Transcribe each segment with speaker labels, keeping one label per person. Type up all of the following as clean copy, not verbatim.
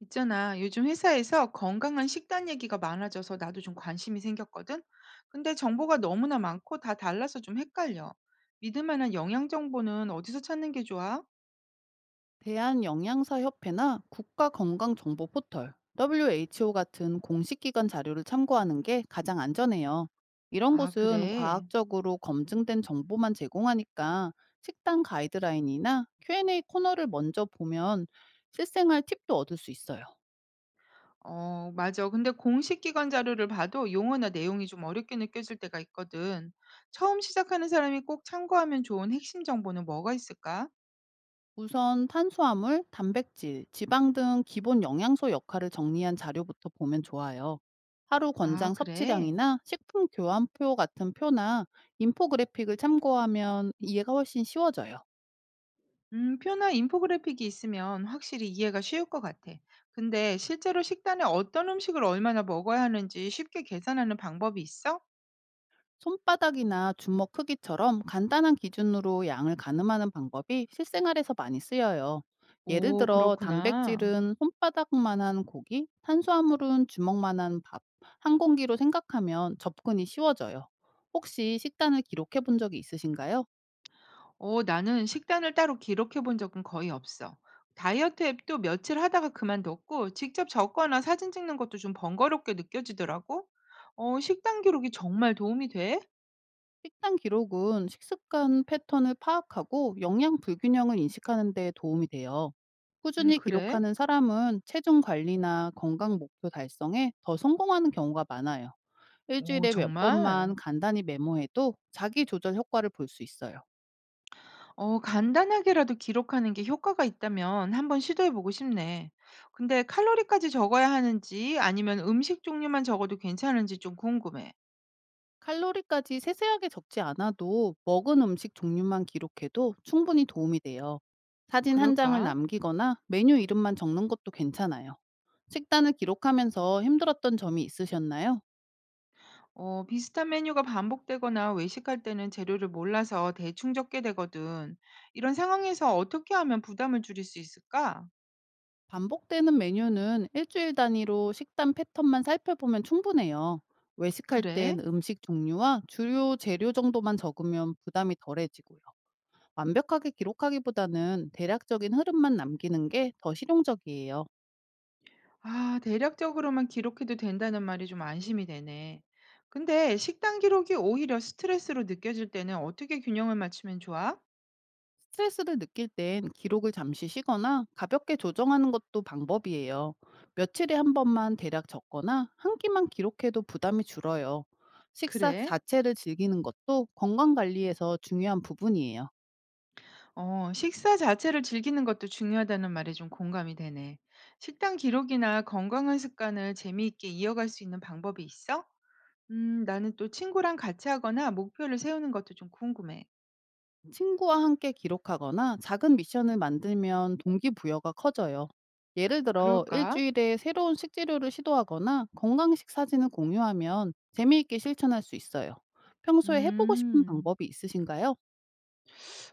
Speaker 1: 있잖아, 요즘 회사에서 건강한 식단 얘기가 많아져서 나도 좀 관심이 생겼거든? 근데 정보가 너무나 많고 다 달라서 좀 헷갈려. 믿을 만한 영양 정보는 어디서 찾는 게 좋아?
Speaker 2: 대한영양사협회나 국가건강정보포털, WHO 같은 공식기관 자료를 참고하는 게 가장 안전해요. 이런
Speaker 1: 아,
Speaker 2: 곳은
Speaker 1: 그래.
Speaker 2: 과학적으로 검증된 정보만 제공하니까 식단 가이드라인이나 Q&A 코너를 먼저 보면 실생활 팁도 얻을 수 있어요.
Speaker 1: 어, 맞아. 근데 공식 기관 자료를 봐도 용어나 내용이 좀 어렵게 느껴질 때가 있거든. 처음 시작하는 사람이 꼭 참고하면 좋은 핵심 정보는 뭐가 있을까?
Speaker 2: 우선 탄수화물, 단백질, 지방 등 기본 영양소 역할을 정리한 자료부터 보면 좋아요. 하루
Speaker 1: 아,
Speaker 2: 권장
Speaker 1: 그래.
Speaker 2: 섭취량이나 식품 교환표 같은 표나 인포그래픽을 참고하면 이해가 훨씬 쉬워져요.
Speaker 1: 표나 인포그래픽이 있으면 확실히 이해가 쉬울 것 같아. 근데 실제로 식단에 어떤 음식을 얼마나 먹어야 하는지 쉽게 계산하는 방법이 있어?
Speaker 2: 손바닥이나 주먹 크기처럼 간단한 기준으로 양을 가늠하는 방법이 실생활에서 많이 쓰여요. 예를
Speaker 1: 오,
Speaker 2: 들어
Speaker 1: 그렇구나.
Speaker 2: 단백질은 손바닥만한 고기, 탄수화물은 주먹만한 밥, 한 공기로 생각하면 접근이 쉬워져요. 혹시 식단을 기록해 본 적이 있으신가요?
Speaker 1: 오, 나는 식단을 따로 기록해 본 적은 거의 없어. 다이어트 앱도 며칠 하다가 그만뒀고, 직접 적거나 사진 찍는 것도 좀 번거롭게 느껴지더라고. 어, 식단 기록이 정말 도움이 돼?
Speaker 2: 식단 기록은 식습관 패턴을 파악하고 영양 불균형을 인식하는 데 도움이 돼요. 꾸준히
Speaker 1: 그래?
Speaker 2: 기록하는 사람은 체중 관리나 건강 목표 달성에 더 성공하는 경우가 많아요.
Speaker 1: 오,
Speaker 2: 일주일에 몇 번만
Speaker 1: 정말?
Speaker 2: 간단히 메모해도 자기 조절 효과를 볼 수 있어요.
Speaker 1: 어, 간단하게라도 기록하는 게 효과가 있다면 한번 시도해 보고 싶네. 근데 칼로리까지 적어야 하는지 아니면 음식 종류만 적어도 괜찮은지 좀 궁금해.
Speaker 2: 칼로리까지 세세하게 적지 않아도 먹은 음식 종류만 기록해도 충분히 도움이 돼요. 사진 한 장을
Speaker 1: 그럴까?
Speaker 2: 남기거나 메뉴 이름만 적는 것도 괜찮아요. 식단을 기록하면서 힘들었던 점이 있으셨나요?
Speaker 1: 어, 비슷한 메뉴가 반복되거나 외식할 때는 재료를 몰라서 대충 적게 되거든. 이런 상황에서 어떻게 하면 부담을 줄일 수 있을까?
Speaker 2: 반복되는 메뉴는 일주일 단위로 식단 패턴만 살펴보면 충분해요. 외식할 땐
Speaker 1: 그래?
Speaker 2: 음식 종류와 주요 재료 정도만 적으면 부담이 덜해지고요. 완벽하게 기록하기보다는 대략적인 흐름만 남기는 게 더 실용적이에요.
Speaker 1: 아, 대략적으로만 기록해도 된다는 말이 좀 안심이 되네. 근데 식단 기록이 오히려 스트레스로 느껴질 때는 어떻게 균형을 맞추면 좋아?
Speaker 2: 스트레스를 느낄 땐 기록을 잠시 쉬거나 가볍게 조정하는 것도 방법이에요. 며칠에 한 번만 대략 적거나 한 끼만 기록해도 부담이 줄어요. 식사
Speaker 1: 그래?
Speaker 2: 자체를 즐기는 것도 건강 관리에서 중요한 부분이에요.
Speaker 1: 어, 식사 자체를 즐기는 것도 중요하다는 말에 좀 공감이 되네. 식단 기록이나 건강한 습관을 재미있게 이어갈 수 있는 방법이 있어? 나는 또 친구랑 같이 하거나 목표를 세우는 것도 좀 궁금해.
Speaker 2: 친구와 함께 기록하거나 작은 미션을 만들면 동기부여가 커져요. 예를 들어
Speaker 1: 그럴까?
Speaker 2: 일주일에 새로운 식재료를 시도하거나 건강식 사진을 공유하면 재미있게 실천할 수 있어요. 평소에 해보고 싶은
Speaker 1: 음.
Speaker 2: 방법이 있으신가요?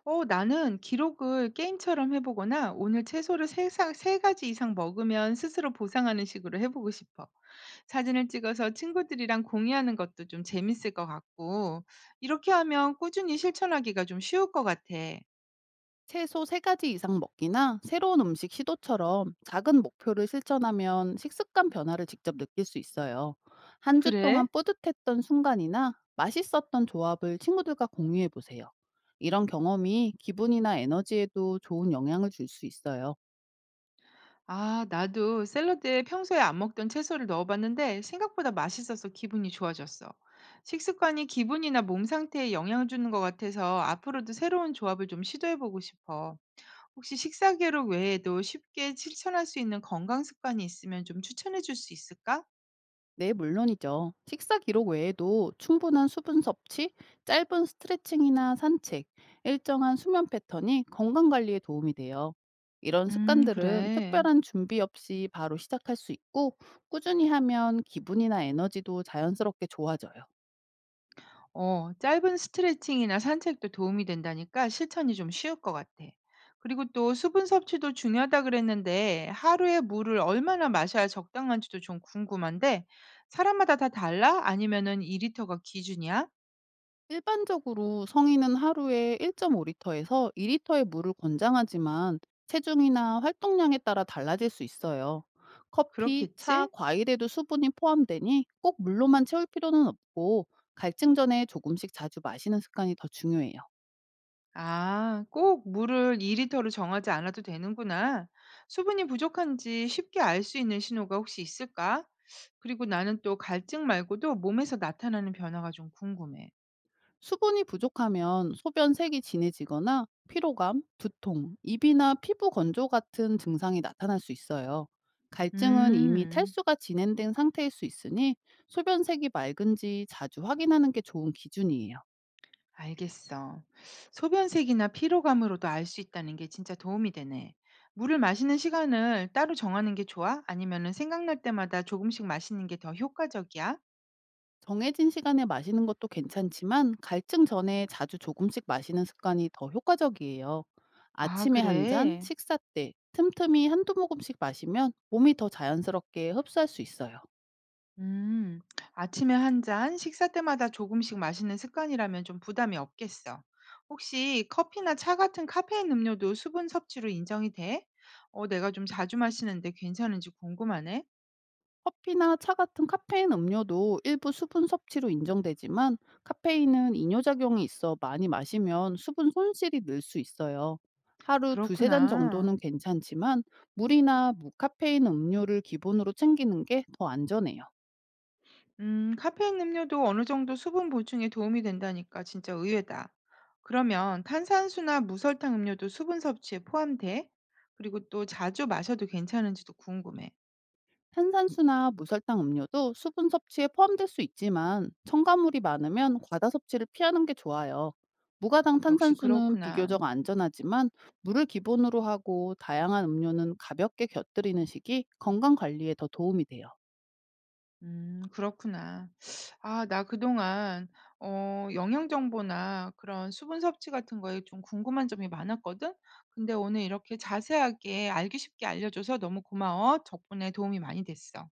Speaker 1: 어, 나는 기록을 게임처럼 해보거나 오늘 채소를 세 가지 이상 먹으면 스스로 보상하는 식으로 해보고 싶어. 사진을 찍어서 친구들이랑 공유하는 것도 좀 재밌을 것 같고, 이렇게 하면 꾸준히 실천하기가 좀 쉬울 것 같아.
Speaker 2: 채소 3 가지 이상 먹기나 새로운 음식 시도처럼 작은 목표를 실천하면 식습관 변화를 직접 느낄 수 있어요. 한 주 동안
Speaker 1: 그래?
Speaker 2: 뿌듯했던 순간이나 맛있었던 조합을 친구들과 공유해 보세요. 이런 경험이 기분이나 에너지에도 좋은 영향을 줄 수 있어요.
Speaker 1: 아, 나도 샐러드에 평소에 안 먹던 채소를 넣어봤는데 생각보다 맛있어서 기분이 좋아졌어. 식습관이 기분이나 몸 상태에 영향을 주는 것 같아서 앞으로도 새로운 조합을 좀 시도해보고 싶어. 혹시 식사 기록 외에도 쉽게 실천할 수 있는 건강 습관이 있으면 좀 추천해 줄 수 있을까?
Speaker 2: 네, 물론이죠. 식사 기록 외에도 충분한 수분 섭취, 짧은 스트레칭이나 산책, 일정한 수면 패턴이 건강 관리에 도움이 돼요. 이런 습관들은
Speaker 1: 그래.
Speaker 2: 특별한 준비 없이 바로 시작할 수 있고, 꾸준히 하면 기분이나 에너지도 자연스럽게 좋아져요.
Speaker 1: 어, 짧은 스트레칭이나 산책도 도움이 된다니까 실천이 좀 쉬울 것 같아. 그리고 또 수분 섭취도 중요하다 그랬는데 하루에 물을 얼마나 마셔야 적당한지도 좀 궁금한데 사람마다 다 달라? 아니면은 2리터가 기준이야?
Speaker 2: 일반적으로 성인은 하루에 1.5리터에서 2리터의 물을 권장하지만 체중이나 활동량에 따라 달라질 수 있어요. 커피, 차,
Speaker 1: 그렇겠지?
Speaker 2: 과일에도 수분이 포함되니 꼭 물로만 채울 필요는 없고 갈증 전에 조금씩 자주 마시는 습관이 더 중요해요.
Speaker 1: 아, 꼭 물을 2리터로 정하지 않아도 되는구나. 수분이 부족한지 쉽게 알 수 있는 신호가 혹시 있을까? 그리고 나는 또 갈증 말고도 몸에서 나타나는 변화가 좀 궁금해.
Speaker 2: 수분이 부족하면 소변 색이 진해지거나 피로감, 두통, 입이나 피부 건조 같은 증상이 나타날 수 있어요. 갈증은 이미
Speaker 1: 음,
Speaker 2: 탈수가 진행된 상태일 수 있으니 소변색이 맑은지 자주 확인하는 게 좋은 기준이에요.
Speaker 1: 알겠어. 소변색이나 피로감으로도 알 수 있다는 게 진짜 도움이 되네. 물을 마시는 시간을 따로 정하는 게 좋아? 아니면은 생각날 때마다 조금씩 마시는 게 더 효과적이야?
Speaker 2: 정해진 시간에 마시는 것도 괜찮지만 갈증 전에 자주 조금씩 마시는 습관이 더 효과적이에요.
Speaker 1: 아,
Speaker 2: 아침에 한 잔,
Speaker 1: 그래.
Speaker 2: 식사 때 틈틈이 한두 모금씩 마시면 몸이 더 자연스럽게 흡수할 수 있어요.
Speaker 1: 음, 아침에 한 잔, 식사 때마다 조금씩 마시는 습관이라면 좀 부담이 없겠어. 혹시 커피나 차 같은 카페인 음료도 수분 섭취로 인정이 돼? 어, 내가 좀 자주 마시는데 괜찮은지 궁금하네.
Speaker 2: 커피나 차 같은 카페인 음료도 일부 수분 섭취로 인정되지만 카페인은 이뇨작용이 있어 많이 마시면 수분 손실이 늘 수 있어요. 하루 두세 잔
Speaker 1: 그렇구나.
Speaker 2: 정도는 괜찮지만 물이나 무카페인 음료를 기본으로 챙기는 게 더 안전해요.
Speaker 1: 카페인 음료도 어느 정도 수분 보충에 도움이 된다니까 진짜 의외다. 그러면 탄산수나 무설탕 음료도 수분 섭취에 포함돼? 그리고 또 자주 마셔도 괜찮은지도 궁금해.
Speaker 2: 탄산수나 무설탕 음료도 수분 섭취에 포함될 수 있지만 첨가물이 많으면 과다 섭취를 피하는 게 좋아요. 무가당
Speaker 1: 역시
Speaker 2: 탄산수는
Speaker 1: 그렇구나.
Speaker 2: 비교적 안전하지만 물을 기본으로 하고 다양한 음료는 가볍게 곁들이는 식이 건강 관리에 더 도움이 돼요.
Speaker 1: 음, 그렇구나. 아, 나 그동안 어, 영양 정보나 그런 수분 섭취 같은 거에 좀 궁금한 점이 많았거든. 근데 오늘 이렇게 자세하게 알기 쉽게 알려줘서 너무 고마워. 덕분에 도움이 많이 됐어.